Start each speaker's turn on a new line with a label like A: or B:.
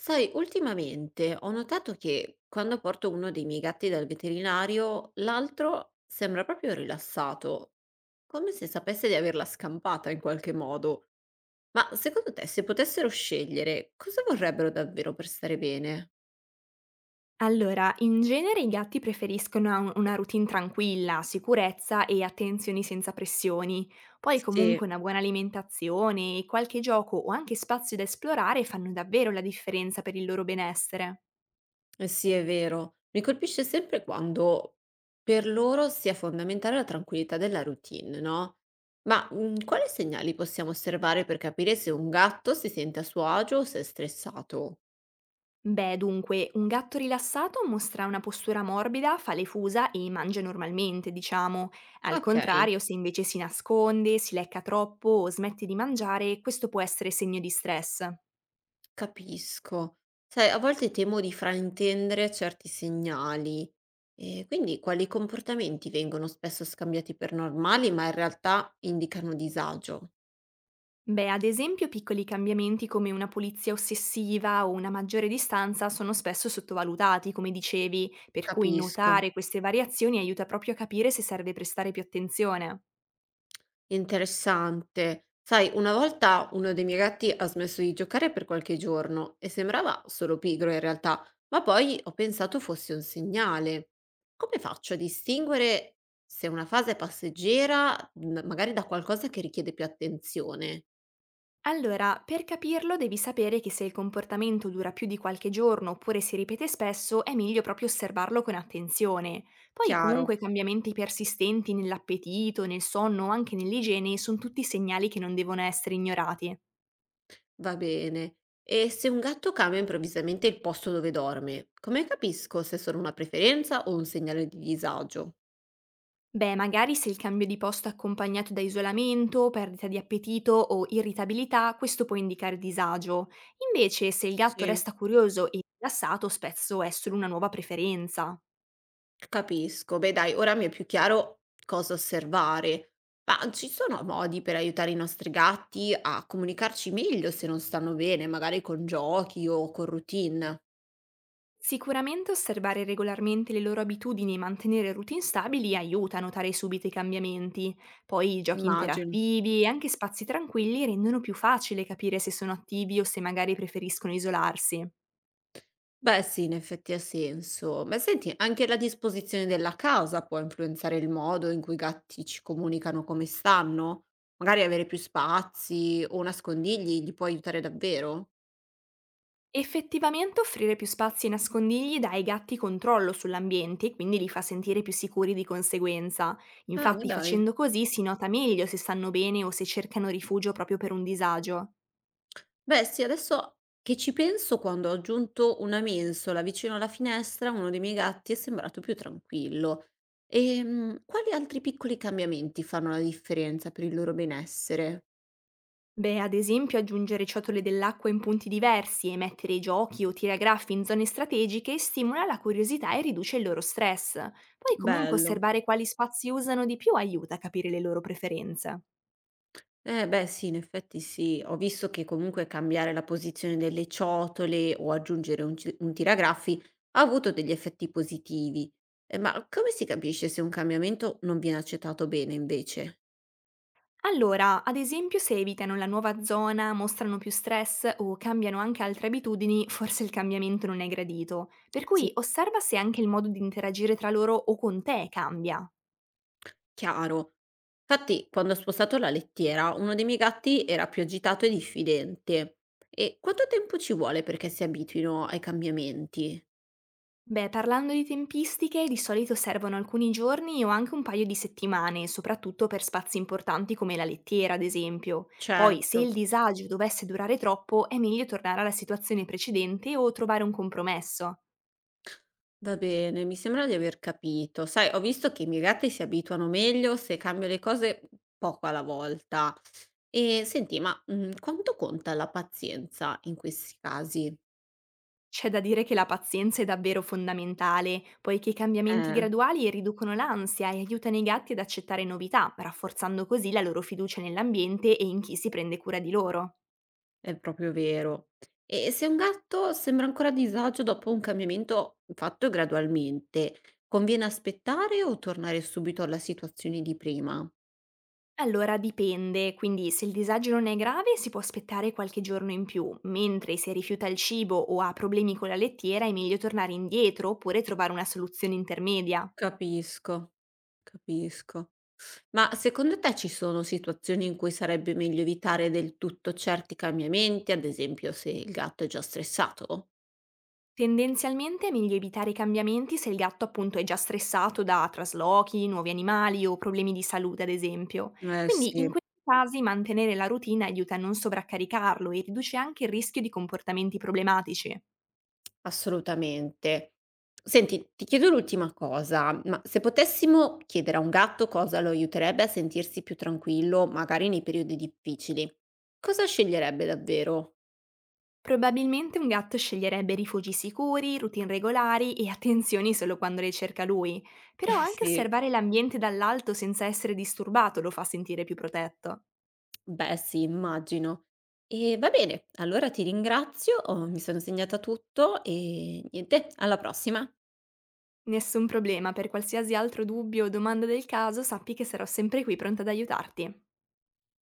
A: Sai, ultimamente ho notato che quando porto uno dei miei gatti dal veterinario, l'altro sembra proprio rilassato, come se sapesse di averla scampata in qualche modo. Ma secondo te, se potessero scegliere, cosa vorrebbero davvero per stare bene?
B: Allora, in genere i gatti preferiscono a un una routine tranquilla, sicurezza e attenzioni senza pressioni. Poi
A: Sì.
B: comunque una buona alimentazione, qualche gioco o anche spazio da esplorare fanno davvero la differenza per il loro benessere.
A: Eh sì, è vero. Mi colpisce sempre quando per loro sia fondamentale la tranquillità della routine, no? Ma quali segnali possiamo osservare per capire se un gatto si sente a suo agio o se è stressato?
B: Beh, dunque, un gatto rilassato mostra una postura morbida, fa le fusa e mangia normalmente, diciamo. Al
A: Ok,
B: contrario, se invece si nasconde, si lecca troppo o smette di mangiare, questo può essere segno di stress.
A: capisco. Sai, a volte temo di fraintendere certi segnali. E quindi quali comportamenti vengono spesso scambiati per normali, ma in realtà indicano disagio?
B: Beh, ad esempio piccoli cambiamenti come una pulizia ossessiva o una maggiore distanza sono spesso sottovalutati, come dicevi, per cui
A: Capisco.
B: notare queste variazioni aiuta proprio a capire se serve prestare più attenzione.
A: Interessante. Sai, una volta uno dei miei gatti ha smesso di giocare per qualche giorno e sembrava solo pigro in realtà, ma poi ho pensato fosse un segnale. Come faccio a distinguere se una fase è passeggera, magari da qualcosa che richiede più attenzione?
B: Allora, per capirlo devi sapere che se il comportamento dura più di qualche giorno oppure si ripete spesso, è meglio proprio osservarlo con attenzione. Poi
A: Chiaro,
B: comunque cambiamenti persistenti nell'appetito, nel sonno o anche nell'igiene sono tutti segnali che non devono essere ignorati.
A: va bene. E se un gatto cambia improvvisamente il posto dove dorme, come capisco se sono una preferenza o un segnale di disagio?
B: Beh, magari se il cambio di posto è accompagnato da isolamento, perdita di appetito o irritabilità, questo può indicare disagio. Invece, se il gatto
A: Sì.
B: resta curioso e rilassato, spesso è solo una nuova preferenza.
A: Capisco. Beh dai, ora mi è più chiaro cosa osservare. Ma ci sono modi per aiutare i nostri gatti a comunicarci meglio se non stanno bene, magari con giochi o con routine?
B: Sicuramente osservare regolarmente le loro abitudini e mantenere routine stabili aiuta a notare subito i cambiamenti. Poi i giochi
A: Immagino.
B: interattivi e anche spazi tranquilli rendono più facile capire se sono attivi o se magari preferiscono isolarsi.
A: Beh sì, in effetti ha senso. Ma senti, anche la disposizione della casa può influenzare il modo in cui i gatti ci comunicano come stanno? Magari avere più spazi o nascondigli li può aiutare davvero?
B: Effettivamente offrire più spazi e nascondigli dà ai gatti controllo sull'ambiente e quindi li fa sentire più sicuri di conseguenza.
A: Ah, ma
B: Infatti
A: dai.
B: facendo così si nota meglio se stanno bene o se cercano rifugio proprio per un disagio.
A: Beh sì, adesso che ci penso, quando ho aggiunto una mensola vicino alla finestra, uno dei miei gatti è sembrato più tranquillo. Quali altri piccoli cambiamenti fanno la differenza per il loro benessere?
B: Beh, ad esempio aggiungere ciotole dell'acqua in punti diversi e mettere giochi o tiragraffi in zone strategiche stimola la curiosità e riduce il loro stress. Poi comunque
A: Bello.
B: osservare quali spazi usano di più aiuta a capire le loro preferenze.
A: Eh beh sì, in effetti sì, ho visto che comunque cambiare la posizione delle ciotole o aggiungere un tiragraffi ha avuto degli effetti positivi. Ma come si capisce se un cambiamento non viene accettato bene invece?
B: Allora, ad esempio se evitano la nuova zona, mostrano più stress o cambiano anche altre abitudini, forse il cambiamento non è gradito. Per cui osserva se anche il modo di interagire tra loro o con te cambia.
A: Chiaro. Fatti, quando ho spostato la lettiera, uno dei miei gatti era più agitato e diffidente. E quanto tempo ci vuole perché si abituino ai cambiamenti?
B: Beh, parlando di tempistiche, di solito servono alcuni giorni o anche un paio di settimane, soprattutto per spazi importanti come la lettiera, ad esempio. Poi, se
A: Certo,
B: il disagio dovesse durare troppo, è meglio tornare alla situazione precedente o trovare un compromesso.
A: va bene, mi sembra di aver capito. Sai, ho visto che i miei gatti si abituano meglio se cambio le cose poco alla volta. E senti, ma quanto conta la pazienza in questi casi?
B: C'è da dire che la pazienza è davvero fondamentale, poiché i cambiamenti
A: Eh.
B: graduali riducono l'ansia e aiutano i gatti ad accettare novità, rafforzando così la loro fiducia nell'ambiente e in chi si prende cura di loro.
A: È proprio vero. E se un gatto sembra ancora a disagio dopo un cambiamento fatto gradualmente, conviene aspettare o tornare subito alla situazione di prima?
B: Allora dipende, quindi se il disagio non è grave si può aspettare qualche giorno in più, mentre se rifiuta il cibo o ha problemi con la lettiera è meglio tornare indietro oppure trovare una soluzione intermedia.
A: Capisco, capisco. Ma secondo te ci sono situazioni in cui sarebbe meglio evitare del tutto certi cambiamenti, ad esempio se il gatto è già stressato?
B: Tendenzialmente è meglio evitare i cambiamenti se il gatto appunto è già stressato da traslochi, nuovi animali o problemi di salute ad esempio.
A: Eh
B: Quindi in
A: sì.
B: questi casi mantenere la routine aiuta a non sovraccaricarlo e riduce anche il rischio di comportamenti problematici.
A: Assolutamente. Senti, ti chiedo l'ultima cosa, ma se potessimo chiedere a un gatto cosa lo aiuterebbe a sentirsi più tranquillo, magari nei periodi difficili, cosa sceglierebbe davvero?
B: Probabilmente un gatto sceglierebbe rifugi sicuri, routine regolari e attenzioni solo quando le cerca lui, però
A: Eh
B: anche
A: sì,
B: osservare l'ambiente dall'alto senza essere disturbato lo fa sentire più protetto.
A: beh sì, immagino. E va bene, allora ti ringrazio, oh, mi sono segnata tutto e niente, alla prossima.
B: Nessun problema, per qualsiasi altro dubbio o domanda del caso sappi che sarò sempre qui pronta ad aiutarti.